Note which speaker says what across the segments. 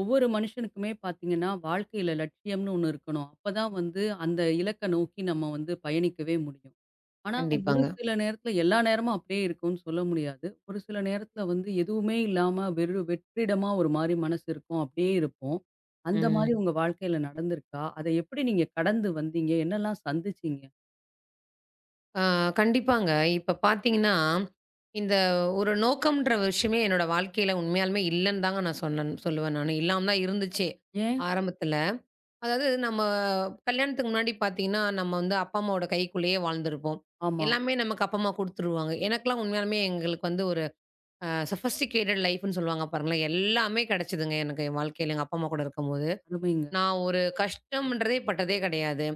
Speaker 1: ஒவ்வொரு மனுஷனுக்குமே பார்த்தீங்கன்னா, வாழ்க்கையில லட்சியம்னு ஒண்ணு இருக்கணும். அப்பதான் வந்து அந்த இலக்க நோக்கி நம்ம வந்து பயணிக்கவே முடியும். ஆனா, ஒரு
Speaker 2: கண்டிப்பாங்க.
Speaker 1: சில நேரத்துல எல்லா நேரமும் அப்படியே இருக்கும்னு சொல்ல முடியாது. ஒரு சில நேரத்துல வந்து எதுவுமே இல்லாம வெறு வெற்றிடமா ஒரு மாரி மனசு இருக்கும். அப்படியே இருப்போம். அந்த
Speaker 2: ம்.
Speaker 1: மாரி உங்க வாழ்க்கையில நடந்திருக்கா? அத எப்படி நீங்க கடந்து வந்தீங்க? என்னலாம் சந்திச்சீங்க?
Speaker 2: ஆ கண்டிப்பாங்க. இப்ப பார்த்தீங்கன்னா, இந்த ஒரு நோக்கம்ன்ற விஷயமே என்னோட வாழ்க்கையில உண்மையாலுமே இல்லன்னு தாங்க நான் சொன்னேன் சொல்லுவேன் நானு. இல்லாம தான் இருந்துச்சே
Speaker 1: ஏன்?
Speaker 2: ஆரம்பத்துல. அதாவது நம்ம கல்யாணத்துக்கு முன்னாடி பார்த்தீங்கன்னா, நம்ம வந்து அப்பா, அம்மாவோட கைக்குள்ளேயே வாழ்ந்திருப்போம்.
Speaker 1: ஆமா.
Speaker 2: எல்லாமே நமக்கு அப்பா, அம்மா குடுத்துருவாங்க. எனக்கெல்லாம் உண்மையாலுமே எங்களுக்கு வந்து ஒரு சொஃபிஸ்டிகேட்டட் லைஃப்ன்னு சொல்லுவாங்க பாருங்களேன். எல்லாமே கிடைச்சதுங்க எனக்கு என் வாழ்க்கையில எங்க அப்பா, அம்மா கூட இருக்கும்போது.
Speaker 1: அருமைங்க.
Speaker 2: நான் ஒரு கஷ்டம்ன்றதே பட்டதே கிடையாது.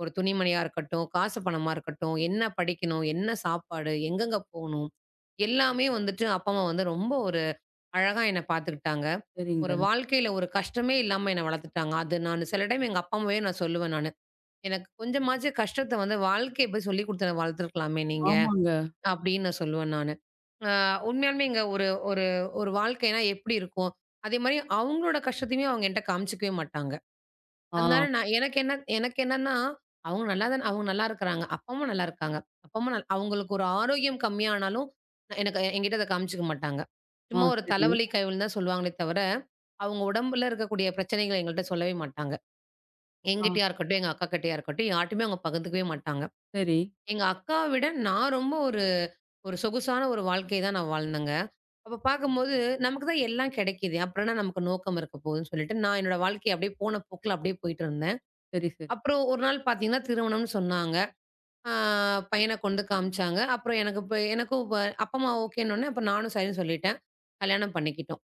Speaker 2: ஒரு துணிமணியா இருக்கட்டும், காசு பணமா இருக்கட்டும், என்ன படிக்கணும், என்ன சாப்பாடு, எங்கெங்க போணும், எல்லாமே வந்துட்டு அப்பா, அம்மா வந்து ரொம்ப ஒரு அழகா என்ன பார்த்துக்கிட்டாங்க. ஒரு
Speaker 1: சரிங்க.
Speaker 2: வாழ்க்கையில ஒரு கஷ்டமே இல்லாம என்ன வளர்த்துட்டாங்க. அது நானு சில டைம் எங்க அப்பா, அம்மாவே நான் சொல்லுவேன் நானு. "எனக்கு கொஞ்சமாச்சும் கஷ்டத்த வந்து வாழ்க்கைய போய் சொல்லிக் குடுத்து என்ன வளர்த்துருக்கலாமே நீங்க"
Speaker 1: ஆமாங்க.
Speaker 2: அப்படின்னு நான் சொல்லுவேன் நானு. அ உண்மையாலுமே இங்க ஒரு ஒரு ஒரு வாழ்க்கைனா எப்படி இருக்கும்? அதேமாரி அவங்களோட கஷ்டத்தையுமே அவங்க என்ட்ட காமிச்சுக்கவே மாட்டாங்க.
Speaker 1: ஆ,
Speaker 2: அதனால நான் எனக்கு என்னன்னா, அவங்க நல்லா தான அவங்க நல்லா இருக்கிறாங்க. அப்பா, அம்மா நல்லா இருக்காங்க. அப்பா, அம்மா நல் அவங்களுக்கு ஒரு ஆரோக்கியம் கம்மியானாலும், எனக்கு என்கிட்ட அத காமிச்சுக்க மாட்டாங்க.
Speaker 1: ஆ
Speaker 2: சும்மா ஒரு
Speaker 1: சரி.
Speaker 2: தலைவலி, கைவலின்னு தான் சொல்லுவாங்களே தவிர, அவங்க உடம்புல இருக்கக்கூடிய பிரச்சனைகள எங்கள்ட்ட சொல்லவே மாட்டாங்க.
Speaker 1: ஆ
Speaker 2: என்கிட்டயா இருக்கட்டும், எங்க அக்காகிட்டயா இருக்கட்டும், யார்ட்டயுமே அவங்க பகிர்ந்துக்கவே மாட்டாங்க.
Speaker 1: சரி,
Speaker 2: எங்க அக்காவ விட நான் ரொம்ப ஒரு ஒரு சொகுசான ஒரு வாழ்க்கைய தான் நான் வாழ்ந்தேங்க. அப்ப பார்க்கும்போது, நமக்கு தான் எல்லாம் கிடைக்குதே. அப்புறம் என்ன நமக்கு நோக்கம் இருக்க போகுதுன்னு சொல்லிட்டு, நான் என்னோட வாழ்க்கைய அப்படியே போன போக்குல அப்படியே போயிட்டு இருந்தேன்.
Speaker 1: சரி, சரி.
Speaker 2: அப்புறம் ஒரு நாள் பார்த்தீங்கன்னா, திருமணம்னு சொன்னாங்க. ஆ பையன கொண்டு காமிச்சாங்க. அப்புறம் எனக்கும் இப்ப அப்பா, அம்மா ஓகேன்னோனே, அப்ப நானும் சரின்னு சொல்லிட்டேன். கல்யாணம் பண்ணிக்கிட்டோம்.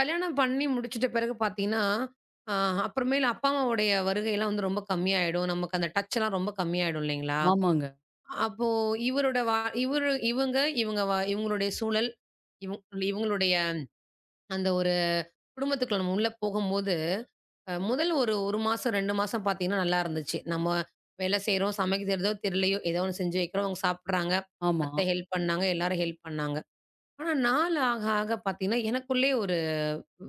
Speaker 2: கல்யாணம் பண்ணி முடிச்சிட்ட பிறகு பார்த்தீங்கன்னா, ஆ அப்புறமேலு அப்பா, அம்மாவுடைய வருகைலாம் வந்து ரொம்ப கம்மியாயிடும். நமக்கு அந்த டச்லாம் ரொம்ப கம்மியாயிடும் இல்லைங்களா?
Speaker 1: ஆமாங்க.
Speaker 2: அப்போ இவரோட வா இவரு இவங்க இவங்க வ இவங்களுடைய சூழல், இவங் இவங்களுடைய அந்த ஒரு குடும்பத்துக்குள்ள நம்ம உள்ள போகும்போது, முதல் ஒரு 1 மாசம், 2 மாசம் பார்த்தீங்கன்னா நல்லா இருந்துச்சு. நம்ம வேலை செய்றோம், சமைக்க தெரியுதோ தெரியலையோ, ஏதோ ஒண்ணு செஞ்சு வைக்கிறோம், அவங்க சாப்பிடுறாங்க.
Speaker 1: ஆமா.
Speaker 2: அத்தை ஹெல்ப் பண்ணாங்க, எல்லாரும் ஹெல்ப் பண்ணாங்க. ஆனா நாள் ஆக ஆக பார்த்தீங்கன்னா, எனக்குள்ளேயே ஒரு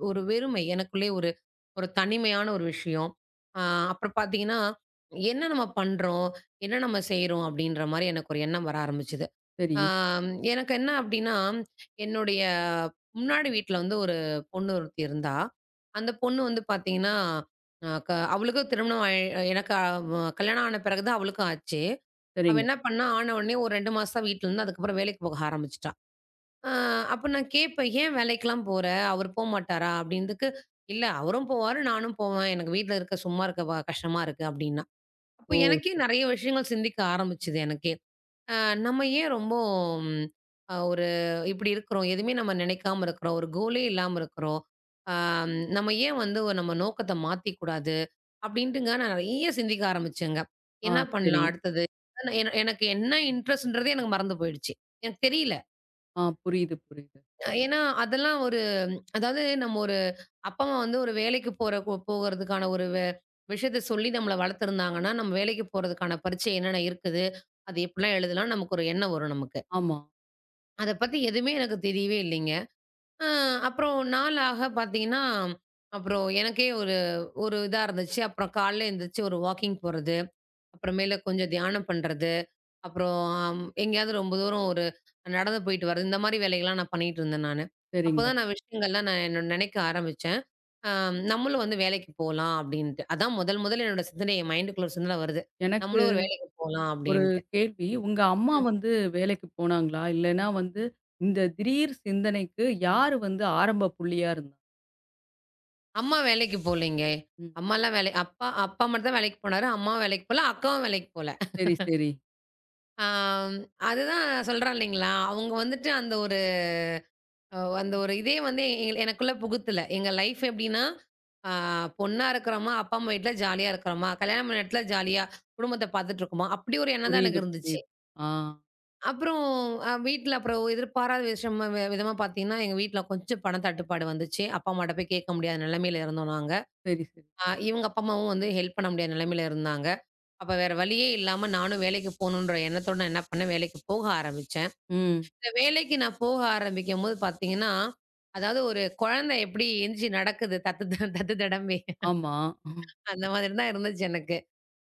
Speaker 2: ஒரு வெறுமை, எனக்குள்ளேயே ஒரு ஒரு தனிமையான ஒரு விஷயம். அ அப்புறம் பார்த்தீங்கன்னா, என்ன நம்ம பண்றோம்? என்ன நம்ம செய்றோம்? அப்படின்ற மாரி எனக்கு ஒரு எண்ணம் வர ஆரம்பிச்சது.
Speaker 1: சரி,
Speaker 2: ஆம், எனக்கு என்ன அப்டின்னா, என்னுடைய முன்னாடி வீட்ல வந்து ஒரு பொண்ணு ஒருத்தி இருந்தா. அந்த பொண்ணு வந்து பார்த்தீங்கன்னா, அ க அவளுக்கும் திருமணம் ஆயி எனக்கு கல்யாணம் ஆன பிறகு தான் அவளுக்கும் ஆச்சு. அவ
Speaker 1: சரிங்க.
Speaker 2: என்ன பண்ணா, ஆன உடனே ஒரு 2 மாசம் தான் வீட்ல இருந்தா. அதுக்கப்புறம் வேலைக்கு போக ஆரம்பிச்சுட்டா. அ அப்ப நான் கேட்பேன், "ஏன் வேலைக்கெல்லாம் போற? அவரு போமாட்டாரா?" அப்டின்னதுக்கு, "இல்ல அவரும் போவாரு, நானும் போவேன். எனக்கு வீட்ல இருக்க சும்மா இருக்க கஷ்டமா இருக்கு" அப்டின்னா. அப்ப
Speaker 1: ஓ!
Speaker 2: எனக்கே
Speaker 1: சரி.
Speaker 2: நெறைய விஷயங்கள் சிந்திக்க ஆரம்பிச்சது எனக்கே. அ நம்ம ஏன் ரொம்ப ம், ஒரு இப்படி இருக்கிறோம்? எதுவுமே நம்ம நினைக்காம இருக்கிறோம். ஒரு கோலே இல்லாம இருக்கிறோம். ஆம், நம்ம ஏன் வந்து நம்ம நோக்கத்த மாத்திக்கூடாது? அப்படின்ட்டுங்க நான் நெறைய சிந்திக்க ஆரம்பிச்சேங்க.
Speaker 1: ஆ
Speaker 2: என்ன
Speaker 1: சரி.
Speaker 2: பண்ணலாம் அடுத்தது? என என எனக்கு என்ன இன்ட்ரெஸ்ட்ன்றதே எனக்கு மறந்து போயிடுச்சு. எனக்கு தெரியல.
Speaker 1: ஆ புரியுது, புரியுது.
Speaker 2: ஏன்னா அதெல்லாம் ஒரு அதாவது நம்ம ஒரு அப்பா, அம்மா வந்து ஒரு வேலைக்கு போற போ போகறதுக்கான ஒரு விஷயத்த சொல்லி நம்மள வளர்த்துருந்தாங்கன்னா, நம்ம வேலைக்கு போறதுக்கான பரீட்சை என்னென்ன இருக்குது? அது எப்படிலாம் எழுதலாம்? நமக்கு ஒரு எண்ணம் வரும் நமக்கு.
Speaker 1: ஆமா.
Speaker 2: அத பத்தி எதுவுமே எனக்கு தெரியவே இல்லைங்க. அ அப்புறம் நாள் ஆக பார்த்தீங்கன்னா, அப்புறம் எனக்கே ஒரு ஒரு இதா இருந்துச்சு. அப்புறம் காலைல எந்திரிச்சு ஒரு வாக்கிங் போறது, அப்புறமேல கொஞ்சம் தியானம் பண்றது, அப்புறம் ஆம், எங்கேயாவது ரொம்ப தூரம் ஒரு நடந்து போயிட்டு வர்றது, இந்த மாரி வேலைகள்லாம் நான் பண்ணிட்டு இருந்தேன் நானு.
Speaker 1: சரிங்க.
Speaker 2: அப்பதான் நான் விஷயங்கள்லாம் நான் என்ன நினைக்க ஆரம்பிச்சேன். அ நம்மளும் வந்து வேலைக்கு போலாம் அப்படின்ட்டு. அதான் முதல் முதல்ல என் மைண்டுக்குள்ள ஒரு சிந்தனை வருது.
Speaker 1: எனக்கு
Speaker 2: நம்மளும் ஒரு வேலைக்கு போலாம்
Speaker 1: ஒரு
Speaker 2: அப்படின்ட்டு.
Speaker 1: கேள்வி. உங்க அம்மா வந்து வேலைக்கு போனாங்களா? இல்லன்னா வந்து இந்த திடீர் சிந்தனைக்கு யாரு வந்து ஆரம்ப புள்ளியா இருந்தா?
Speaker 2: அம்மா வேலைக்கு போலங்க.
Speaker 1: ம்.
Speaker 2: அம்மாலாம் வேலை அப்பா அப்பா மட்டும் தான் வேலைக்கு போனாரு. அம்மாவும் வேலைக்கு போல, அக்காவும் வேலைக்கு போல.
Speaker 1: சரி, சரி.
Speaker 2: ஆம், அதுதான் சொல்றேன் இல்லைங்களா, அவங்க வந்துட்டு அந்த ஒரு இதே வந்து எனக்குள்ள புகுத்தல. எங்க லைஃப் எப்படின்னா, ஆ பொண்ணா இருக்கிறோமா, அப்பா அம்மா வீட்ல ஜாலியா இருக்கிறோமா, கல்யாணம் பண்ண இடத்துல ஜாலியா குடும்பத்த பார்த்துட்டு இருக்கோமா, அப்படி ஒரு எண்ணம் தான்
Speaker 1: புரியுது,
Speaker 2: எனக்கு இருந்துச்சு.
Speaker 1: புரியுது. ஆ
Speaker 2: அப்புறம் வீட்ல அப்புறம் எதிர்பாராத விஷயமா விதமா பார்த்தீங்கன்னா, எங்க வீட்ல கொஞ்சம் பண தட்டுப்பாடு வந்துச்சு. அப்பா அம்மாட்ட போய் கேட்க முடியாத நிலைமையில இருந்தோம் நாங்க.
Speaker 1: சரி, சரி.
Speaker 2: இவங்க அப்பா, அம்மாவும் வந்து ஹெல்ப் பண்ண முடியாத நிலைமையில இருந்தாங்க. அப்ப வேற வழியே இல்லாம நானும் வேலைக்கு போணுன்ற எண்ணத்தோட நான் என்ன பண்ணேன், வேலைக்கு போக ஆரம்பிச்சேன்.
Speaker 1: ம்.
Speaker 2: இந்த வேலைக்கு நான் போக ஆரம்பிக்கும்போது பார்த்தீங்கன்னா, அதாவது ஒரு குழந்தை எப்படி எந்திச்சு நடக்குது தத்து தடம்பி
Speaker 1: ஆமா.
Speaker 2: அந்த மாதிரி தான் இருந்துச்சு எனக்கு.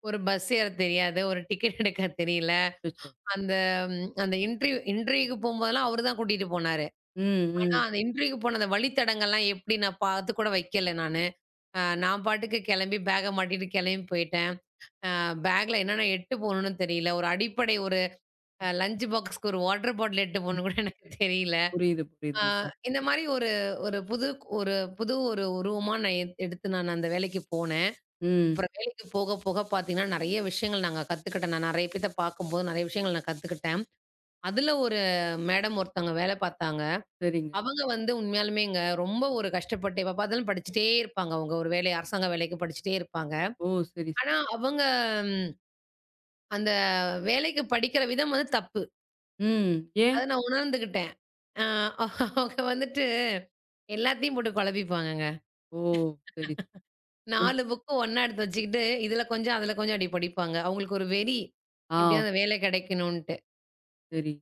Speaker 2: ஒரு பஸ் ஏற தெரியாது, ஒரு டிக்கெட் எடுக்க தெரியல.
Speaker 1: அச்சச்சோ!
Speaker 2: அந்த அந்த இன்டர்வியூக்கு போம்போதெல்லாம் அவரு தான் கூட்டிட்டு போனாரு.
Speaker 1: ம்,
Speaker 2: ஆனா
Speaker 1: ம்.
Speaker 2: அந்த இன்டர்வியூக்கு போன அந்த வழித்தடங்கள்லாம் எப்படி நான் பார்த்து கூட வைக்கல நானு. நான் பாட்டுக்கு கெளம்பி பேக்க மாட்டிட்டு கெளம்பி போயிட்டேன். பேக்ல என்னென்ன எட்டு போணும்னு தெரியல. ஒரு அடிப்படை ஒரு லஞ்ச் பாக்ஸ்க்கு ஒரு வாட்டர் பாட்டில் எட்டு போணும்னு கூட எனக்கு தெரியல.
Speaker 1: புரியுது,
Speaker 2: ஆ
Speaker 1: புரியுதுங்க.
Speaker 2: இந்த மாரி ஒரு ஒரு புது ஒரு புது ஒரு உருவமா நான் எடுத்து நான் அந்த வேலைக்கு போனேன்.
Speaker 1: ம்.
Speaker 2: அப்புறம் வேலைக்கு போக போக பார்த்தீங்கன்னா, நெறைய விஷயங்கள் நாங்க கத்துக்கிட்டேன். நான் நெறைய பேத்த பார்க்கும்போது நெறைய விஷயங்கள் நான் கத்துக்கிட்டேன். அதுல ஒரு மேடம் ஒருத்தவங்க வேல பார்த்தாங்க.
Speaker 1: சரிங்க.
Speaker 2: அவங்க வந்து உண்மையாலுமேங்க ரொம்ப ஒரு கஷ்டப்பட்டு எப்ப பார்த்தாலும் படிச்சுட்டே இருப்பாங்க. அவங்க ஒரு வேலை அரசாங்க வேலைக்கு படிச்சுட்டே இருப்பாங்க.
Speaker 1: ஓ! சரி, சரி.
Speaker 2: ஆனா அவங்க ம், அந்த வேலைக்கு படிக்கிற விதம் வந்து தப்பு.
Speaker 1: ம். ஏன்?
Speaker 2: அத நான் உணர்ந்துகிட்டேன். அ அவங்க வந்துட்டு எல்லாத்தையும் போட்டு குழப்பிப்பாங்கங்க.
Speaker 1: ஓ! சரி, சரி. என்
Speaker 2: 4 புக்கு ஒண்ணா எடுத்து வச்சுக்கிட்டு, இதுல கொஞ்சம், அதுல கொஞ்சம் அப்படி படிப்பாங்க. அவங்களுக்கு ஒரு வெறி.
Speaker 1: ஆ.
Speaker 2: எப்படியாவது அந்த வேலை கிடைக்கணுன்ட்டு.
Speaker 1: சரி.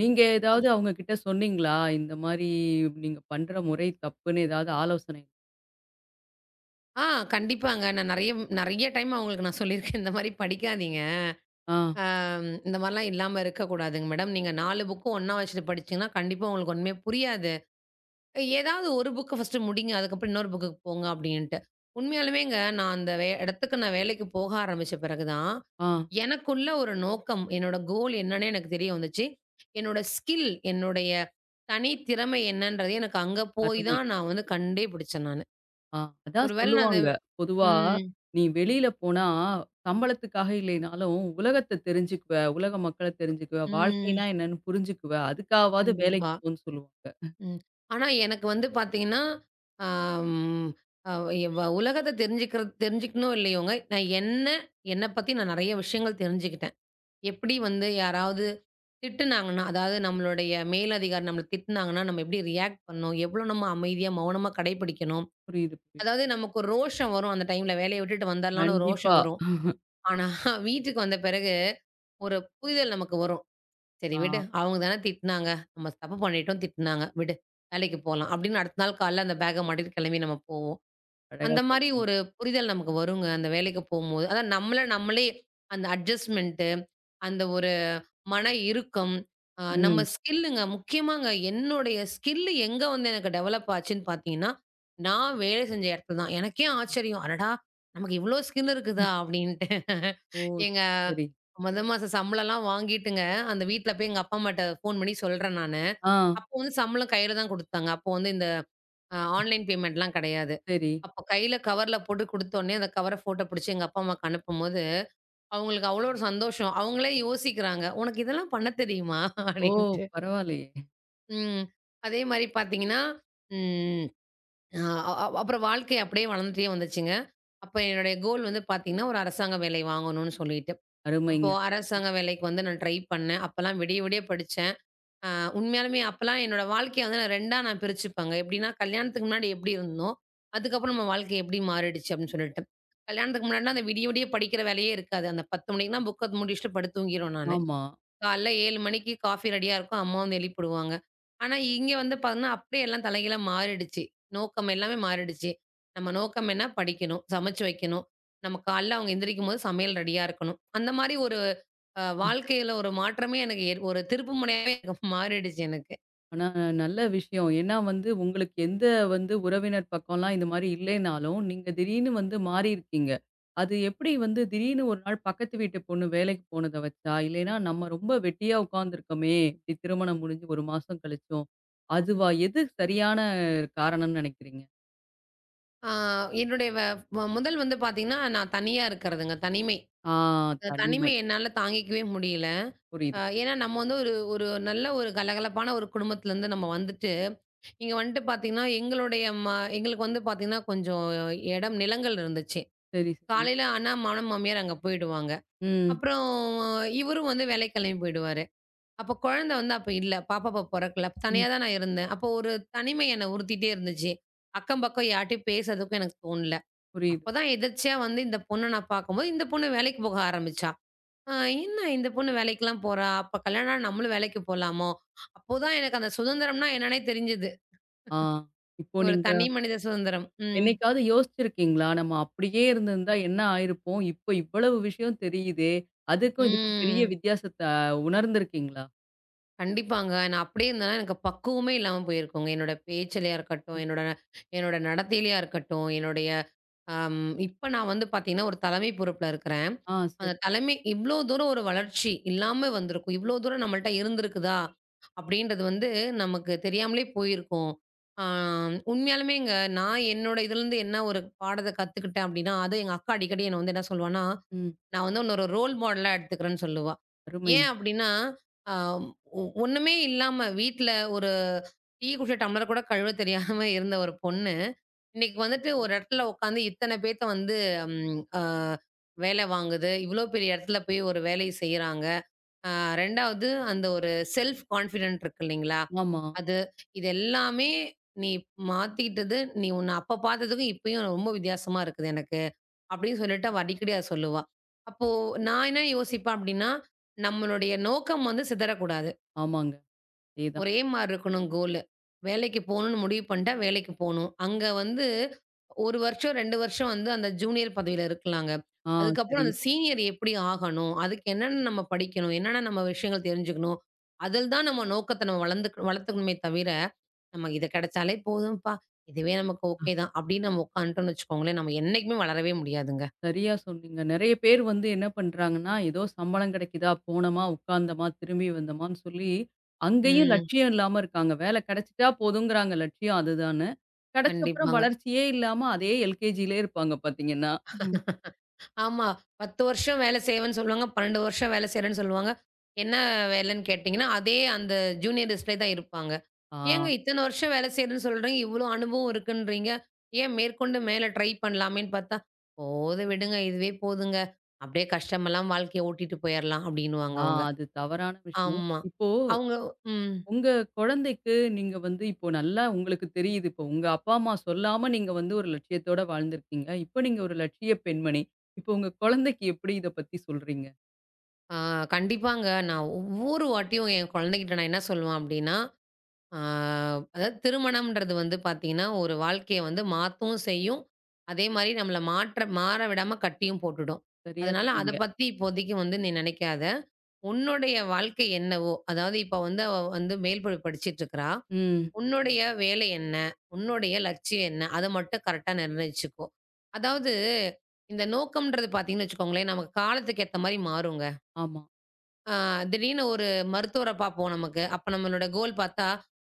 Speaker 1: நீங்க
Speaker 2: ஆமா.
Speaker 1: ஏதாவது அவங்க கிட்ட சொன்னீங்களா? இந்த மாரி நீங்க பண்ற முறை தப்புன்னு ஏதாவது ஆலோசனை?
Speaker 2: ஆ கண்டிப்பாங்க. நான் நெறைய நெறைய டைம் அவங்களுக்கு நான் சொல்லியிருக்கேன். இந்த மாரி படிக்காதீங்க.
Speaker 1: ஆ,
Speaker 2: அ இந்த மாரிலாம் இல்லாம இருக்கக்கூடாதுங்க மேடம். நீங்க 4 புக்கும் ஒண்ணா வச்சுட்டு படிச்சீங்கன்னா, கண்டிப்பா உங்களுக்கு ஒண்ணுமே புரியாது. ஏதாவது ஒரு புக்க ஃபர்ஸ்ட்டு முடிங்க. அதுக்கப்புறம் இன்னொரு புக்குக்கு போங்க அப்டின்ட்டு. உண்மையாலுமேங்க நான் அந்த இடத்துக்கு நான் வேலைக்கு போக ஆரம்பிச்ச பிறகு தான்,
Speaker 1: ஆ,
Speaker 2: எனக்குள்ள ஒரு நோக்கம், என்னோட கோல் என்னன்னே எனக்கு தெரிய வந்துச்சு. என்னோட ஸ்கில், என்னுடைய தனித்திறமை என்னன்றது எனக்கு அங்க போய்
Speaker 1: அருமை.
Speaker 2: தான் நான் வந்து கண்டே பிடிச்சேன் நானு.
Speaker 1: ஆ, அதான்
Speaker 2: ஒரு வேள நான் அந்த
Speaker 1: சொல்லுவாங்க. பொதுவா
Speaker 2: ம்,
Speaker 1: நீ வெளியில போனா சம்பளத்துக்காக இல்லைனாலும் உலகத்த தெரிஞ்சுக்குவ, உலக மக்கள தெரிஞ்சுக்குவ, வாழ்க்கைனா
Speaker 2: ம்.
Speaker 1: என்னன்னு புரிஞ்சுக்குவ, அதுக்காவாவது வேலைக்கு
Speaker 2: கண்டிப்பா.
Speaker 1: போன்னு சொல்லுவாங்க.
Speaker 2: ம். ஆனா எனக்கு வந்து பார்த்தீங்கன்னா, அம் அ வ உலகத்த தெரிஞ்சுக்கிறது தெரிஞ்சுக்கணும் இல்லையோங்க, நான் என்ன, என்ன பத்தி நான் நெறைய விஷயங்கள் தெரிஞ்சுக்கிட்டேன். எப்படி வந்து யாராவது திட்டுனாங்கன்னா, அதாவது நம்மளுடைய மேலதிகாரி நம்மள திட்டுனாங்கன்னா, நம்ம எப்படி ரியாக்ட் பண்ணணும்? எவ்வளோ நம்ம அமைதியா, மௌனமா கடைப்பிடிக்கணும்?
Speaker 1: புரியுது, புரியுது.
Speaker 2: அதாவது நமக்கு ஒரு ரோஷம் வரும் அந்த டைம்ல. வேலைய விட்டுட்டு வந்துரலாம்ன்னு ஒரு ரோஷம்
Speaker 1: கண்டிப்பா.
Speaker 2: வரும். ஆனா, வீட்டுக்கு வந்த பிறகு ஒரு புரிதல் நமக்கு வரும். "சரி விடு,
Speaker 1: ஆ,
Speaker 2: அவங்க தானே திட்டுனாங்க. நம்ம தப்பு பண்ணிட்டோம், திட்டுனாங்க. விடு. வேலைக்கு போலாம்." அப்படின்னு அடுத்த நாள் காலைல அந்த பேக்க மாட்டிட்டு கிளம்பி நம்ம போவோம்.
Speaker 1: அழகா
Speaker 2: அந்த மாரி
Speaker 1: சொல்றீங்க.
Speaker 2: ஒரு புரிதல் நமக்கு வருங்க, அந்த வேலைக்கு போம்போது. அதான் நம்மள நம்மளே அந்த அட்ஜஸ்ட்மென்ட்டு, அந்த ஒரு மன இறுக்கம், நம்ம
Speaker 1: ம்.
Speaker 2: ஸ்கில்லுங்க முக்கியமாங்க என்னுடைய ஸ்கில் எங்க வந்து எனக்கு டெவலப் ஆச்சுன்னு பார்த்தீங்கன்னா, நான் வேலை செஞ்ச இடத்துல தான். எனக்கே ஆச்சரியம். அடடா! நமக்கு இவ்ளோ ஸ்கில் இருக்குதா? அப்படின்ட்டு.
Speaker 1: ஓ!
Speaker 2: எங்க
Speaker 1: சரி. சரி.
Speaker 2: மொத மாச சம்பளம்லாம் வாங்கிட்டுங்க, அந்த வீட்ல போய் எங்க அப்பா அம்மாட்ட ஃபோன் பண்ணி சொல்றேன் நானு.
Speaker 1: ஆ,
Speaker 2: அப்போ வந்து சம்பளம் கையில தான் குடுத்தாங்க. அப்போ வந்து இந்த ஆன்லைன் பேமெண்ட்லாம் கெடையாது.
Speaker 1: சரி.
Speaker 2: அப்போ கையில கவர்ல போட்டு குடுத்தோனே, அந்த கவர ஃபோட்டோ புடிச்சு எங்க அப்பா அம்மாக்கு அனுப்பும்போது, அவங்களுக்கு அவ்வளோ ஒரு சந்தோஷம். அவங்களே யோசிக்கிறாங்க. "உனக்கு இதெல்லாம் பண்ண தெரியுமா?"
Speaker 1: ஓ!
Speaker 2: அப்படின்ட்டு.
Speaker 1: பரவாயில்லையே!
Speaker 2: ம். அதே மாரி பார்த்தீங்கன்னா, ம் அ அ அ- அப்புறம் வாழ்க்கை அப்படியே வளர்ந்துட்டே வந்துச்சுங்க. அப்ப என்னுடைய கோல் வந்து பார்த்தீங்கன்னா, ஒரு அரசாங்க வேலை வாங்கணும்னு சொல்லிட்டு. அப்போ
Speaker 1: அருமைங்க.
Speaker 2: அரசாங்க வேலைக்கு வந்து நான் ட்ரை பண்ணேன். அப்பலாம் விடிய விடிய படிச்சேன். ஆ உண்மையாலுமே அப்பலாம் என்னோட வாழ்க்கைய வந்து நான் 2ஆ நான் பிரிச்சுப்பேங்க. எப்படின்னா, கல்யாணத்துக்கு முன்னாடி எப்படி இருந்தனோ, அதுக்கப்புறம் நம்ம வாழ்க்கை எப்படி மாறிடுச்சு அப்படின்னு சொல்லிட்டு. கல்யாணத்துக்கு முன்னாடினா, அந்த விடிய விடிய படிக்கிற வேலையே இருக்காது. அந்த 10 மணிக்குலாம் புக்க முடிச்சுட்டு படுத்து தூங்கிருவேன் நானு.
Speaker 1: ஆமா.
Speaker 2: காலைல 7 மணிக்கு காஃபி ரெடியா இருக்கும். அம்மா வந்து எழுப்பிடுவாங்க. ஆனா, இங்க வந்து பார்த்தீங்கன்னா, அப்படியே எல்லாம் தலைகீழா மாறிடுச்சு. நோக்கம் எல்லாமே மாறிடுச்சு. நம்ம நோக்கம் என்ன? படிக்கணும், சமைச்சு வைக்கணும். நம்ம காலைல அவங்க எந்திரிக்கும்போது சமையல் ரெடியா இருக்கணும். அந்த மாரி ஒரு வாழ்க்கையில ஒரு மாற்றமே எனக்கு ஒரு திருப்புமுனையாவே எனக்கு மாறிடுச்சு எனக்கு.
Speaker 1: ஆனா, நல்ல விஷயம். ஏன்னா வந்து உங்களுக்கு எந்த வந்து உறவினர் பக்கம்லாம் இந்த மாரி இல்லைனாலும், நீங்க திடீர்னு வந்து மாறியிருக்கீங்க. அது எப்படி வந்து திடீர்னு ஒரு நாள் பக்கத்து வீட்டு பொண்ணு வேலைக்கு போனத வச்சா, இல்லைன்னா நம்ம ரொம்ப வெட்டியா உட்காந்துருக்கோமே, இப்படி திருமணம் முடிஞ்சு 1 மாசம் கழிச்சும். அதுவா? எது சரியான காரணம்னு நெனைக்கிறீங்க?
Speaker 2: ஆ என்னுடைய வ வ முதல் வந்து பார்த்தீங்கன்னா, நான் தனியா இருக்கிறதுங்க. தனிமை.
Speaker 1: ஆ
Speaker 2: தனிமை
Speaker 1: தனிமை.
Speaker 2: என்னால தாங்கிக்கவே முடியல.
Speaker 1: புரியுது.
Speaker 2: ஏன்னா நம்ம வந்து ஒரு ஒரு நல்ல ஒரு கலகலப்பான ஒரு குடும்பத்திலருந்து நம்ம வந்துட்டு இங்க வந்துட்டு பார்த்தீங்கன்னா, எங்களுடைய ம எங்களுக்கு வந்து பார்த்தீங்கன்னா, கொஞ்சம் இடம் நிலங்கள் இருந்துச்சு.
Speaker 1: சரி, சரி.
Speaker 2: காலையில ஆனா மணம் மாமியார் அங்க போயிடுவாங்க.
Speaker 1: ம்,
Speaker 2: அப்புறம் இவரும் வந்து வேலைக்கு கிளம்பி போயிடுவாரு. அப்போ குழந்தை வந்து அப்ப இல்ல. பாப்பா அப்ப பொறக்கல.
Speaker 1: ம்.
Speaker 2: தனியா தான் நான் இருந்தேன். அப்போ ஒரு தனிமை என்னை உறுத்திட்டே இருந்துச்சு. அக்கம் பக்கம் யார்ட்டயும் பேசுறதுக்கும் எனக்கு தோணல.
Speaker 1: புரியுது.
Speaker 2: அப்பதான் எதர்ச்சியா வந்து இந்த பொண்ண நான் பார்க்கும்போது, இந்த பொண்ணு வேலைக்கு போக ஆரம்பிச்சா. அ என்ன இந்த பொண்ணு வேலைக்கெல்லாம் போறா? அப்ப கல்யாணம் ஆனா நம்மளும் வேலைக்கு போலாமோ? அப்போதான் எனக்கு அந்த சுதந்திரம்னா என்னன்னே தெரிஞ்சது.
Speaker 1: ஆ இப்போ
Speaker 2: ஒரு
Speaker 1: நீங்க
Speaker 2: தனி மனித சுதந்திரம். ம்.
Speaker 1: என்னைக்காவது யோசிச்சிருக்கீங்களா? நம்ம அப்படியே இருந்திருந்தா என்ன ஆயிருப்போம்? இப்போ இவ்வளவு விஷயம் தெரியுதே! அதுக்கும் இதுக்கும் பெரிய
Speaker 2: ம்.
Speaker 1: வித்தியாசத்த உணர்ந்திருக்கீங்களா?
Speaker 2: கண்டிப்பாங்க. நான் அப்படியே இருந்தேன்னா, எனக்கு பக்குவமே இல்லாம போயிருக்குங்க. என்னோட பேச்சிலயா இருக்கட்டும், என்னோட என்னோட நடத்தையிலயா இருக்கட்டும், என்னுடைய இப்ப நான் வந்து பார்த்தீங்கன்னா, ஒரு தலைமை பொறுப்புல இருக்கிறேன்.
Speaker 1: ஆ சரி.
Speaker 2: அந்த தலைமை இவ்ளோ தூரம் ஒரு வளர்ச்சி இல்லாம வந்திருக்கும். இவ்ளோ தூரம் நம்மள்ட்ட இருந்திருக்குதா? அப்படின்றது வந்து நமக்கு தெரியாமலே போயிருக்கும். ஆ உண்மையாலுமேங்க நான் என்னோட இதுலருந்து என்ன ஒரு பாடத்த கத்துக்கிட்டேன் அப்படின்னா, அது எங்க அக்கா அடிக்கடி என்ன வந்து என்ன சொல்வான்னா
Speaker 1: ம்.
Speaker 2: நான் வந்து உன்ன ஒரு ரோல் மாடலா எடுத்துக்கிறேன்னு சொல்லுவா. ஏன்
Speaker 1: அருமைங்க.
Speaker 2: அப்டின்னா, அ ஒண்ணுமே இல்லாம வீட்ல ஒரு டீ குடிச்ச டம்ளர் கூட கழுவ தெரியாம இருந்த ஒரு பொண்ணு, இன்னைக்கு வந்துட்டு ஒரு இடத்துல உட்காந்து இத்தன பேத்த வந்து ம் அ வேல வாங்குது. இவ்ளோ பெரிய இடத்துல போய் ஒரு வேலைய செய்றாங்க. அ 2வது அந்த ஒரு செல்ஃப் கான்ஃபிடென்ட் இருக்கு இல்லைங்களா?
Speaker 1: ஆமா.
Speaker 2: அது இது எல்லாமே நீ மாத்திக்கிட்டது, நீ உன்ன அப்ப பார்த்ததுக்கும் இப்பயும் ரொம்ப வித்தியாசமா இருக்குது எனக்கு. அப்படின்னு சொல்லிட்டு அவ அடிக்கடி அத சொல்லுவா. அப்போ நான் என்ன யோசிப்பேன் அப்படின்னா, நம்மளுடைய நோக்கம் வந்து சிதறக்கூடாது.
Speaker 1: ஆமாங்க. அதேதான்.
Speaker 2: ஒரே மாரி இருக்கணும் கோலு. வேலைக்கு போணும்னு முடிவு பண்ணிட்டா வேலைக்கு போணும். அங்க வந்து 1 வருஷம், 2 வருஷம் வந்து அந்த ஜூனியர் பதவியில இருக்கலாங்க.
Speaker 1: ஆ
Speaker 2: அதுக்கப்புறம்
Speaker 1: சரி.
Speaker 2: அந்த சீனியர் எப்படி ஆகணும்? அதுக்கு என்னென்ன நம்ம படிக்கணும்? என்னென்ன நம்ம விஷயங்கள் தெரிஞ்சுக்கணும்? அதில் தான் நம்ம நோக்கத்த நம்ம வளர்த்துக்கணுமே தவிர, நமக்கு இது கிடைச்சாலே போதும்ப்பா, இதுவே நமக்கு ஓகே தான் அப்படின்னு நம்ம உட்காந்துட்டோம்னு வச்சுக்கோங்களேன், நம்ம என்னைக்குமே வளரவே முடியாதுங்க.
Speaker 1: சரியா சொன்னீங்க. நெறைய பேர் வந்து என்ன பண்றாங்கன்னா, ஏதோ சம்பளம் கிடைக்குதா, போனோமா, உட்கார்ந்தோமா, திரும்பி வந்தோமான்னு சொல்லி, அங்கேயும்
Speaker 2: ம்.
Speaker 1: லட்சியம் இல்லாம இருக்காங்க. வேலை கிடைச்சிட்டா போதுங்கிறாங்க லட்சியம் அதுதான்னு. கிடைச்சப்புறம்
Speaker 2: கண்டிப்பாங்க.
Speaker 1: வளர்ச்சியே இல்லாம அதே எல்கேஜிலே இருப்பாங்க பார்த்தீங்கன்னா. ம்.
Speaker 2: ஆமா. 10 வருஷம் வேலை செய்வேன்னு சொல்லுவாங்க. 12 வருஷம் வேலை செய்றேன்னு சொல்லுவாங்க. என்ன வேலைன்னு கேட்டீங்கன்னா, அதே அந்த ஜூனியர் டிஸ்ப்ளே தான் இருப்பாங்க. ஏங்க
Speaker 1: ஆ.
Speaker 2: இத்தன வருஷம் வேலை செய்றேன்னு சொல்றீங்க, இவ்ளோ அனுபவம் இருக்குன்றீங்க. ஏன் மேற்கொண்டு மேல ட்ரை பண்ணலாமேன்னு பார்த்தா, போதும் விடுங்க இதுவே போதுங்க. அப்படியே கஷ்டமெல்லாம் வாழ்க்கைய ஓட்டிட்டு போயிரலாம் அப்படின்னுவாங்க
Speaker 1: ஆ
Speaker 2: அவங்க.
Speaker 1: அது தவறான விஷயம்.
Speaker 2: ஆமா.
Speaker 1: இப்போ
Speaker 2: அவங்க ம்.
Speaker 1: உங்க குழந்தைக்கு நீங்க வந்து இப்போ நல்லா உங்களுக்கு தெரியுது. இப்போ உங்க அப்பா, அம்மா சொல்லாம நீங்க வந்து ஒரு லட்சியத்தோட வாழ்ந்திருக்கீங்க. இப்போ நீங்க ஒரு லட்சிய பெண்மணி. இப்போ உங்க குழந்தைக்கு எப்படி இத பத்தி சொல்றீங்க?
Speaker 2: ஆ கண்டிப்பாங்க. நான் ஒவ்வொரு வாட்டியும் என் குழந்தைகிட்ட நான் என்ன சொல்லுவேன் அப்படின்னா, ஆ அதாவது திருமணம்ன்றது வந்து பார்த்தீங்கன்னா, ஒரு வாழ்க்கைய வந்து மாத்தவும் செய்யும். அதே மாரி நம்மள மாற்ற மாற விடாம கட்டியும் போட்டுடும்.
Speaker 1: சரியா
Speaker 2: அதனால அத
Speaker 1: சொன்னீங்க.
Speaker 2: பத்தி இப்போதைக்கு வந்து நீ நினைக்காத. உன்னுடைய வாழ்க்கை என்னவோ, அதாவது இப்ப வந்து அவ வந்து மேல் படிச்சுட்டு இருக்கிறா.
Speaker 1: ம்.
Speaker 2: உன்னுடைய வேலை என்ன? உன்னுடைய லட்சியம் என்ன? அத மட்டும் கரெக்ட்டா நிர்ணயிச்சுக்கோ. அதாவது இந்த நோக்கம்ன்றது பார்த்தீங்கன்னு வச்சுக்கோங்களேன், நமக்கு காலத்துக்கு ஏத்த மாரி மாறுங்க.
Speaker 1: ஆமா.
Speaker 2: ஆ திடீர்னு ஒரு மருத்துவர பார்ப்போம் நமக்கு. அப்ப நம்மளோட கோல் பார்த்தா,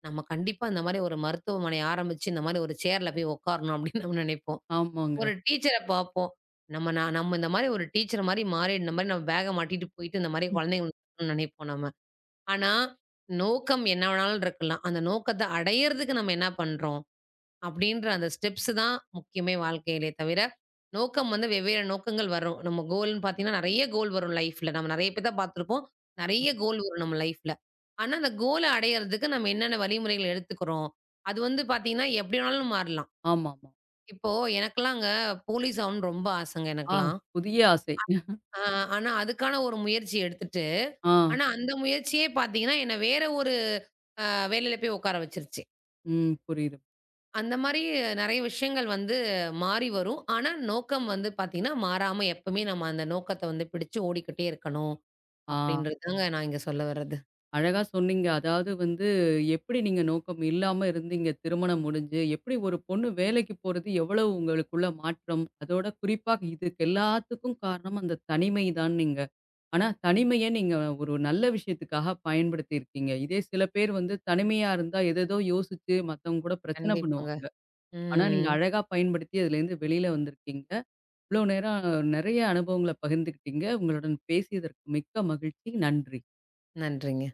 Speaker 2: நம்ம கண்டிப்பா இந்த மாரி ஒரு மருத்துவமனை ஆரம்பிச்சு, இந்த மாரி ஒரு சேர்ல போய் உட்காரணும் அப்படின்னு நம்ம நினைப்போம்.
Speaker 1: ஆமாங்க.
Speaker 2: ஒரு டீச்சர பார்ப்போம். நம்ம இந்த மாரி ஒரு டீச்சர் மாரி மாறி இந்த மாரி நம்ம பேக்க மாட்டிட்டு போயிட்டு இந்த மாரி
Speaker 1: ம்.
Speaker 2: குழந்தைங்களுக்கு நினைப்போம் நம்ம. ஆனா, நோக்கம் என்ன வேணாலும் இருக்கலாம். அந்த நோக்கத்த அடையறதுக்கு நம்ம என்ன பண்றோம்? அப்படின்ற அந்த ஸ்டெப்ஸ் தான் முக்கியமே வாழ்க்கையிலே தவிர, நோக்கம் வந்து வெவ்வேறு நோக்கங்கள் வரும். நம்ம கோல்ன்னு பார்த்தீங்கன்னா, நெறைய கோல் வரும் லைஃப்ல. நம்ம நெறைய பேத்த பார்த்துருப்போம். நெறைய கோல் வரும் நம்ம லைஃப்ல. ஆனா, அந்த கோல அடையறதுக்கு நம்ம என்னென்ன வழிமுறைகள் எடுத்துக்கிறோம்? அது வந்து பார்த்தீங்கன்னா, எப்படி வேணாலும் மாறலாம்.
Speaker 1: ஆமாமா.
Speaker 2: இப்போ எனக்கெல்லாம்ங்க போலீஸ் ஆகணும்னு ரொம்ப ஆசைங்க
Speaker 1: ஆ
Speaker 2: எனக்கெல்லாம்.
Speaker 1: புதிய ஆசை.
Speaker 2: ஆ ஆனா, அதுக்கான ஒரு முயற்சி எடுத்துட்டு,
Speaker 1: ஆ.
Speaker 2: ஆனா அந்த முயற்சியே பார்த்தீங்கன்னா, என்ன வேற ஒரு வேலையில போய் உட்கார வச்சுருச்சு.
Speaker 1: ம். புரியுது.
Speaker 2: அந்த மாரி நெறைய விஷயங்கள் வந்து மாறி வரும். ஆனா, நோக்கம் வந்து பார்த்தீங்கன்னா, மாறாம எப்பவுமே நம்ம அந்த நோக்கத்த வந்து பிடிச்சு ஓடிக்கிட்டே இருக்கணும்.
Speaker 1: ஆ.
Speaker 2: அப்படின்றது தாங்க நான் இங்க சொல்ல வர்றது.
Speaker 1: அழகா சொன்னீங்க. அதாவது வந்து எப்படி நீங்க நோக்கம் இல்லாம இருந்தீங்க திருமணம் முடிஞ்சு. எப்படி ஒரு பொண்ணு வேலைக்கு போறது எவ்வளவு உங்களுக்குள்ள மாற்றம். அதோட குறிப்பா இதுக்கு எல்லாத்துக்கும் காரணம் அந்த தனிமை தான் நீங்க. ஆனா தனிமைய நீங்க ஒரு நல்ல விஷயத்துக்காக பயன்படுத்தியிருக்கீங்க. இதே சில பேர் வந்து தனிமையா இருந்தா எதேதோ யோசிச்சு மத்தவங்க கூட பிரச்சனை
Speaker 2: கண்டிப்பாங்க.
Speaker 1: பண்ணுவாங்க. ஆனா நீங்க
Speaker 2: ம்.
Speaker 1: அழகா பயன்படுத்தி அதுலேருந்து வெளியில வந்திருக்கீங்க. இவ்வளோ நேரம் நெறைய அனுபவங்கள பகிர்ந்துக்கிட்டீங்க. உங்களுடன் பேசியதற்கு மிக்க மகிழ்ச்சி. நன்றி.
Speaker 2: நன்றிங்க.